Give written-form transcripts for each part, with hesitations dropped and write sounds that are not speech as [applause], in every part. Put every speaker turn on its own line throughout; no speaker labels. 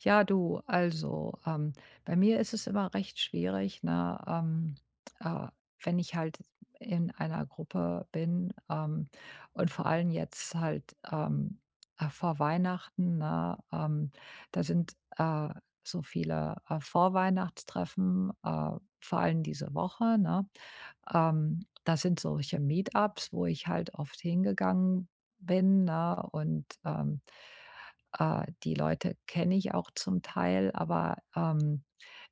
Ja, du, also, bei mir ist es immer recht schwierig, ne, äh, wenn ich halt in einer Gruppe bin, und vor allem jetzt halt, vor Weihnachten, ne, da sind, so viele, Vorweihnachtstreffen, vor allem diese Woche, ne? Das sind solche Meetups, wo ich halt oft hingegangen bin, ne, und die Leute kenne ich auch zum Teil, aber,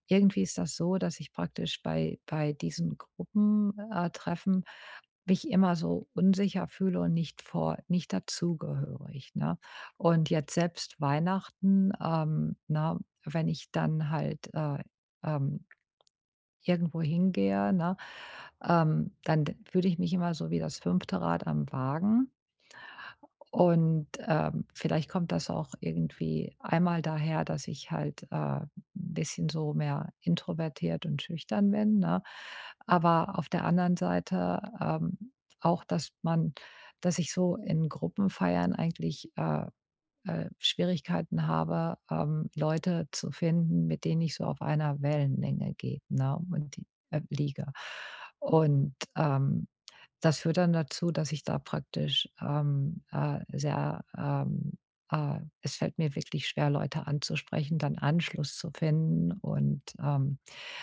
irgendwie ist das so, dass ich praktisch bei diesen Gruppentreffen Treffen mich immer so unsicher fühle und nicht dazugehörig, ne? Und jetzt selbst Weihnachten, ne, wenn ich dann halt, ähm, irgendwo hingehe, ne, dann d fühle ich mich immer so wie das 5. Rad am Wagen. Und, vielleicht kommt das auch irgendwie einmal daher, dass ich halt, 'n bisschen so mehr introvertiert und schüchtern bin, ne? Aber auf der anderen Seite, auch, dass ich so in Gruppenfeiern eigentlich, Schwierigkeiten habe, Leute zu finden, mit denen ich so auf einer Wellenlänge gehe, ne, und die liege. Und, das führt dann dazu, dass ich da praktisch, sehr, es fällt mir wirklich schwer, Leute anzusprechen, dann Anschluss zu finden und,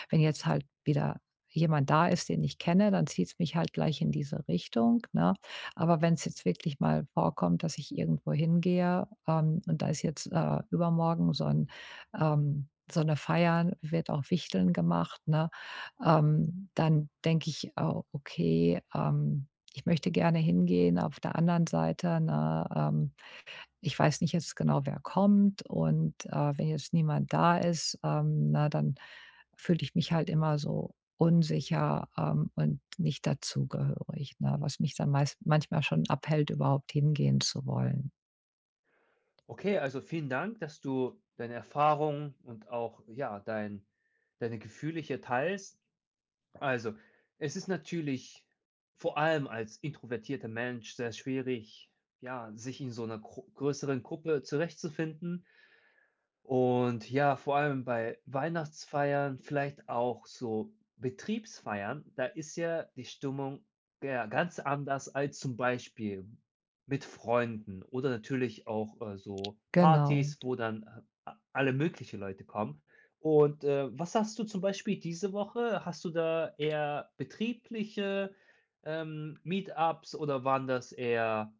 wenn jetzt halt wieder jemand da ist, den ich kenne, dann zieht es mich halt gleich in diese Richtung, ne? Aber wenn es jetzt wirklich mal vorkommt, dass ich irgendwo hingehe, und da ist jetzt, übermorgen so 'n so 'ne Feier, wird auch Wichteln gemacht, ne? Dann denke ich: „Oh, okay, ich möchte gerne hingehen." Auf der anderen Seite, ne, ich weiß nicht jetzt genau, wer kommt und, wenn jetzt niemand da ist, na, dann fühle ich mich halt immer so unsicher, und nicht dazugehörig, ne, was mich dann meist manchmal schon abhält, überhaupt hingehen zu wollen.
Okay, also vielen Dank, dass du deine Erfahrungen und auch, ja, deine Gefühle hier teilst. Also, es ist natürlich vor allem als introvertierter Mensch sehr schwierig, ja, sich in so einer gro größeren Gruppe zurechtzufinden. Und ja, vor allem bei Weihnachtsfeiern, vielleicht auch so Betriebsfeiern, da ist ja die Stimmung ja ganz anders als zum Beispiel mit Freunden oder natürlich auch so
Genau.
Partys, wo dann alle möglichen Leute kommen. Und was hast du zum Beispiel diese Woche? Hast du da eher betriebliche Meetups oder waren das eher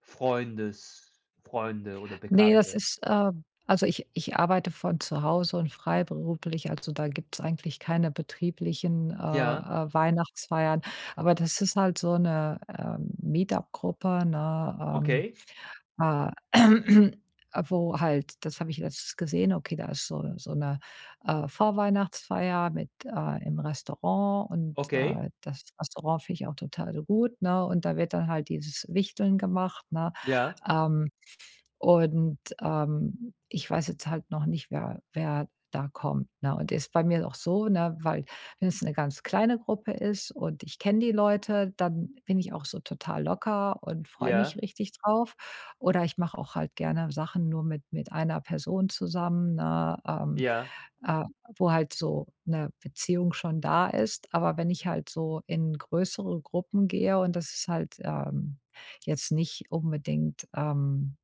Freunde oder
Ne, das
Bekannte?
ist, also ich arbeite von zu Hause und freiberuflich, also da gibt's eigentlich keine betrieblichen,
Ja,
Weihnachtsfeiern. Aber das ist halt so eine meet gruppe ne,
okay.
ähm, äh, [clears throat] wo halt das habe ich letztens gesehen, okay, da ist so eine Vorweihnachtsfeier mit im Restaurant und,
Okay,
das Restaurant finde ich auch total gut, ne? Und da wird dann halt dieses Wichteln gemacht, ne?
ja,
Ähm und, ich weiß jetzt halt noch nicht, wer da kommt, ne? Und ist bei mir auch so, ne, weil wenn es eine ganz kleine Gruppe ist und ich kenne die Leute, dann bin ich auch so total locker und freue mich
ja,
richtig drauf. Oder ich mache auch halt gerne Sachen nur mit einer Person zusammen, ne?
ja,
Äh, wo halt so eine Beziehung schon da ist. Aber wenn ich halt so in größere Gruppen gehe und das ist halt, jetzt nicht unbedingt,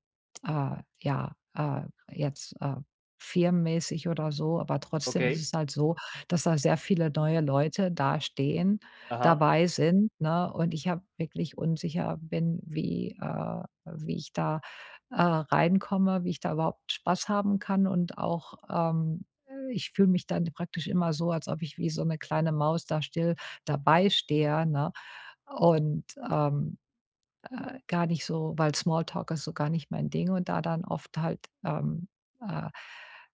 äh, ja, äh, jetzt, firmenmäßig oder so, aber trotzdem ist
okay,
es halt so, dass da sehr viele neue Leute da stehen
aha,
dabei sind, ne? Und ich habe wirklich unsicher bin, wie ich da, reinkomme, wie ich da überhaupt Spaß haben kann und auch, ich fühle mich dann praktisch immer so, als ob ich wie so 'ne kleine Maus da still dabei stehe, ne? Und, ähm, gar nicht so weil Smalltalk ist so gar nicht mein Ding und da dann oft halt, äh,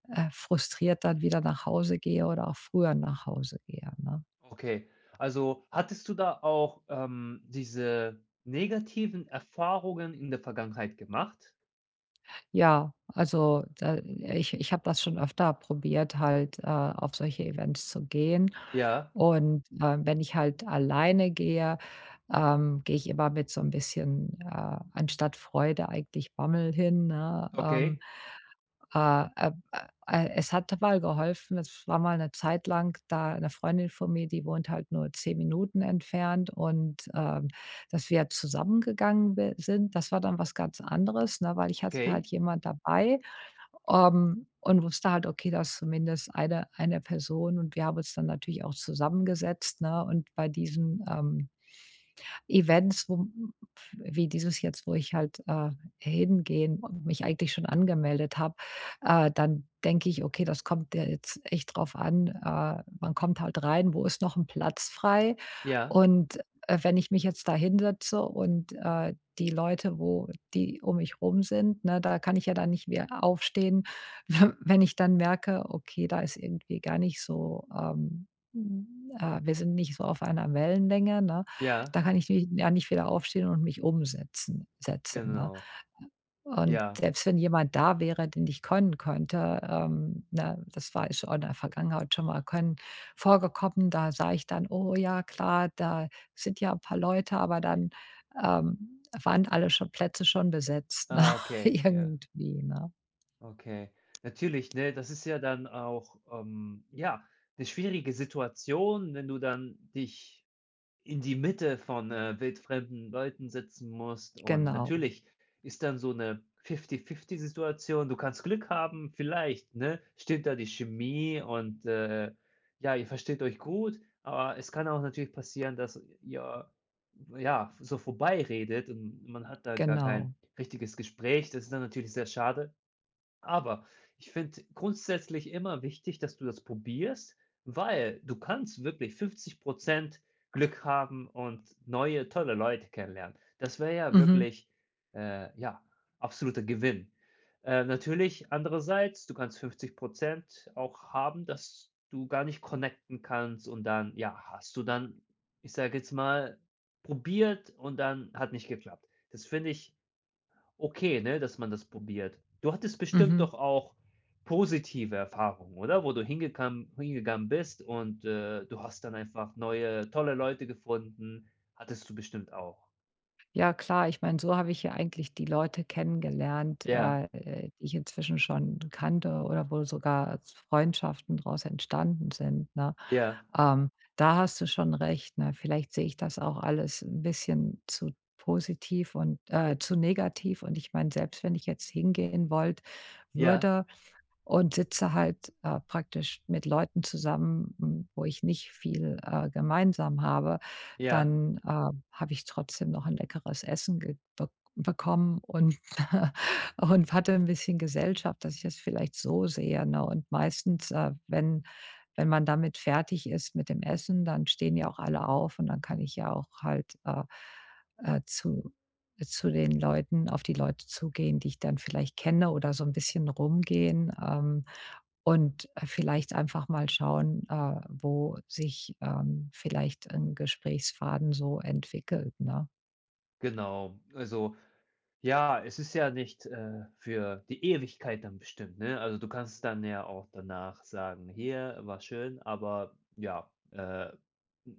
frustriert dann wieder nach Hause gehe oder auch früher nach Hause gehe, ne?
okay. Also, hattest du da auch, diese negativen Erfahrungen in der Vergangenheit gemacht?
Ja, also da ich habe das schon öfter probiert, halt, auf solche Events zu gehen.
Ja,
Und, wenn ich halt alleine gehe, gehe ich immer mit so ein bisschen, anstatt Freude eigentlich Bammel hin, ne?
okay,
Äh, äh, äh, es hat mal geholfen. Es war mal eine Zeit lang da eine Freundin von mir, die wohnt halt nur 10 Minuten entfernt und, dass wir zusammengegangen be sind, das war dann was ganz anderes, ne, weil ich hatte
okay,
halt jemand dabei. Und wusste halt, okay, da ist zumindest eine Person und wir haben uns dann natürlich auch zusammengesetzt, ne? Und bei diesem, Events, wo wie dieses jetzt, wo ich halt, hingehen und mich eigentlich schon angemeldet habe, dann denke ich: „Okay, das kommt ja jetzt echt drauf an, man kommt halt rein, wo ist noch ein Platz frei?"
ja,
Und, wenn ich mich jetzt da hinsetze und, die Leute, wo die um mich rum sind, ne, da kann ich ja dann nicht mehr aufstehen, [laughs] wenn ich dann merke: „Okay, da ist irgendwie gar nicht so, hm, wir sind nicht so auf einer Wellenlänge", ne?
ja,
Da kann ich nicht ja nicht wieder aufstehen und mich umsetzen setzen, ne?
genau,
Und
ja.
selbst wenn jemand da wäre, den ich können könnte, ne, das war schon in der Vergangenheit schon mal können vorgekommen, da sah ich dann: „Oh ja, klar, da sind ja ein paar Leute", aber dann, waren alle schon Plätze schon besetzt, ne,
Ah,
[laughs]
okay, ja,
irgendwie, ne?
okay. Natürlich, ne, das ist ja dann auch, ja, eine schwierige Situation, wenn du dann dich in die Mitte von, wildfremden Leuten sitzen musst, und
Genau,
natürlich ist dann so eine Fifty-Fifty-Situation. Du kannst Glück haben, vielleicht, ne, stimmt da die Chemie und, ja, ihr versteht euch gut, aber es kann auch natürlich passieren, dass ihr, ja, so vorbeiredet und man hat da gar kein
genau.
richtiges Gespräch. Das ist dann natürlich sehr schade. Aber ich finde grundsätzlich immer wichtig, dass du das probierst, weil du kannst wirklich 50 Glück haben und neue tolle Leute kennenlernen. Das wäre ja
Mhm,
wirklich, ja, absoluter Gewinn. Natürlich andererseits, du kannst 50 auch haben, dass du gar nicht connecten kannst und dann, ja, hast du dann, ich sage jetzt mal, probiert und dann hat nicht geklappt. Das finde ich okay, ne, dass man das probiert. Du hattest bestimmt
mhm.
doch auch positive Erfahrungen, oder? Wo du hingekam hingegangen bist und, du hast dann einfach neue, tolle Leute gefunden. Hattest du bestimmt auch.
Ja klar, ich meine, so habe ich ja eigentlich die Leute kennengelernt,
Ja,
die ich inzwischen schon kannte oder wo sogar als Freundschaften daraus entstanden sind, ne?
ja,
Ähm, da hast du schon recht, ne? Vielleicht sehe ich das auch alles ein bisschen zu positiv und, zu negativ und ich meine, selbst wenn ich jetzt hingehen wollte
ja,
würde und sitze halt, praktisch mit Leuten zusammen, wo ich nicht viel, gemeinsam habe,
ja,
dann, habe ich trotzdem noch ein leckeres Essen ge bek bekommen und [laughs] und hatte ein bisschen Gesellschaft, dass ich das vielleicht so sehe, ne? Und meistens, wenn man damit fertig ist mit dem Essen, dann stehen ja auch alle auf und dann kann ich ja auch halt, äh, zu zu den Leuten auf die Leute zugehen, die ich dann vielleicht kenne oder so ein bisschen rumgehen, und, vielleicht einfach mal schauen, wo sich, vielleicht ein Gesprächsfaden so entwickelt, ne?
genau. Also, ja, es ist ja nicht, für die Ewigkeit dann bestimmt, ne? Also, du kannst dann ja auch danach sagen: „Hier, war schön, aber ja,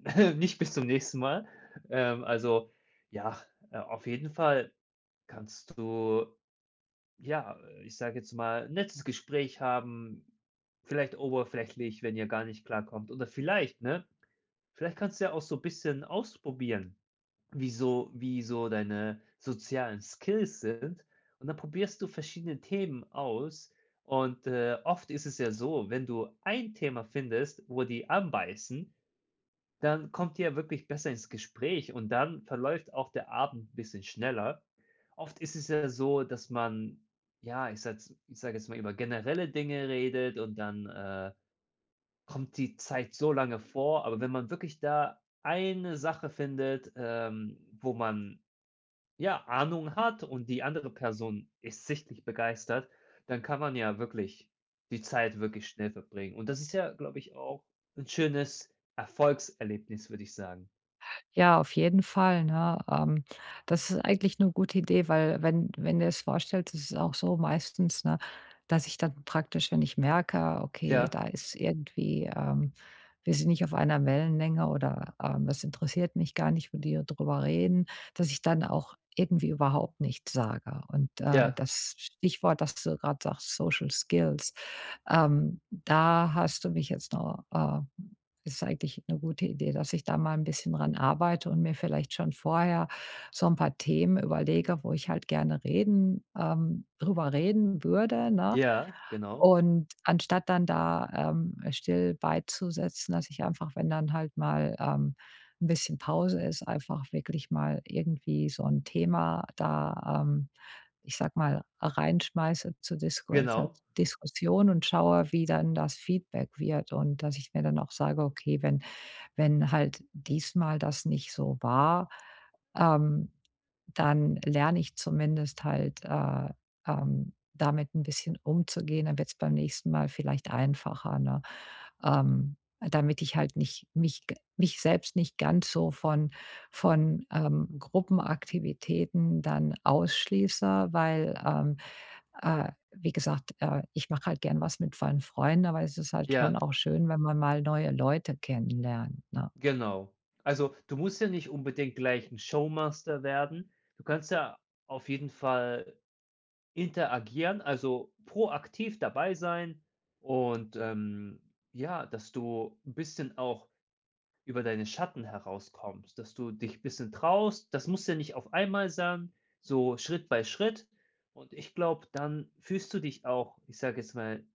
[laughs] nicht bis zum nächsten Mal.“ Ähm, also, ja, auf jeden Fall kannst du, ja, ich sage jetzt mal, 'n nettes Gespräch haben, vielleicht oberflächlich, wenn ihr gar nicht klarkommt, oder vielleicht, vielleicht kannst du ja auch so ein bisschen ausprobieren, wie so deine sozialen Skills sind. Und dann probierst du verschiedene Themen aus. Und, oft ist es ja so, wenn du ein Thema findest, wo die anbeißen, dann kommt ihr ja wirklich besser ins Gespräch und dann verläuft auch der Abend ein bisschen schneller. Oft ist es ja so, dass man, ja, ich sage jetzt mal, über generelle Dinge redet und dann, kommt die Zeit so lange vor. Aber wenn man wirklich da eine Sache findet, wo man ja Ahnung hat und die andere Person ist sichtlich begeistert, dann kann man ja wirklich die Zeit wirklich schnell verbringen. Und das ist ja, glaube ich, auch ein schönes Erfolgserlebnis, würde ich sagen.
Ja, auf jeden Fall, ne? Das ist eigentlich 'ne gute Idee, weil wenn du es vorstellst, ist es auch so meistens, ne, dass ich dann praktisch, wenn ich merke, okay,
Ja,
da ist irgendwie, wir sind nicht auf einer Wellenlänge oder, das interessiert mich gar nicht, wo die drüber reden, dass ich dann auch irgendwie überhaupt nichts sage. Und,
ja,
das Stichwort, das du gerade sagst, Social Skills, da hast du mich jetzt noch, das ist eigentlich eine gute Idee, dass ich da mal ein bisschen dran arbeite und mir vielleicht schon vorher so ein paar Themen überlege, wo ich halt gerne reden drüber reden würde, ne?
ja, genau,
Und anstatt dann da, still beizusetzen, dass ich einfach, wenn dann halt mal, 'n bisschen Pause ist, einfach wirklich mal irgendwie so ein Thema da, ich sag mal, reinschmeiße zur Diskussa
genau,
Diskussion und schaue, wie dann das Feedback wird und dass ich mir dann auch sage: „Okay, wenn halt diesmal das nicht so war, ähm, dann lerne ich zumindest halt, damit ein bisschen umzugehen. Dann wird es beim nächsten Mal vielleicht einfacher, ne? Damit ich halt nicht mich selbst nicht ganz so von, Gruppenaktivitäten dann ausschließe, weil, äh, wie gesagt, ich mache halt gern was mit meinen Freunden, aber es ist halt schon
ja,
auch schön, wenn man mal neue Leute kennenlernt, ne?
genau. Also, du musst ja nicht unbedingt gleich ein Showmaster werden. Du kannst ja auf jeden Fall interagieren, also proaktiv dabei sein und, ja, dass du ein bisschen auch über deine Schatten herauskommst, dass du dich ein bisschen traust. Das muss ja nicht auf einmal sein, so Schritt bei Schritt. Und ich glaube, dann fühlst du dich auch, ich sage jetzt mal,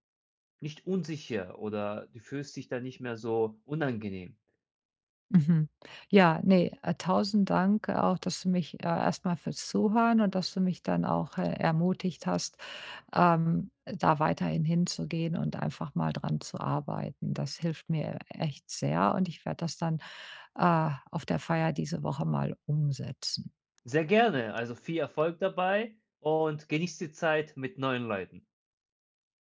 nicht unsicher oder du fühlst dich dann nicht mehr so unangenehm.
Mhm. Ja, ne, 1000 Dank auch, dass du mich, erst fürs Zuhören und dass du mich dann auch, ermutigt hast, da weiterhin hinzugehen und einfach mal dran zu arbeiten. Das hilft mir echt sehr und ich werde das dann, auf der Feier diese Woche mal umsetzen.
Sehr gerne, also viel Erfolg dabei und genieß die Zeit mit neuen Leuten.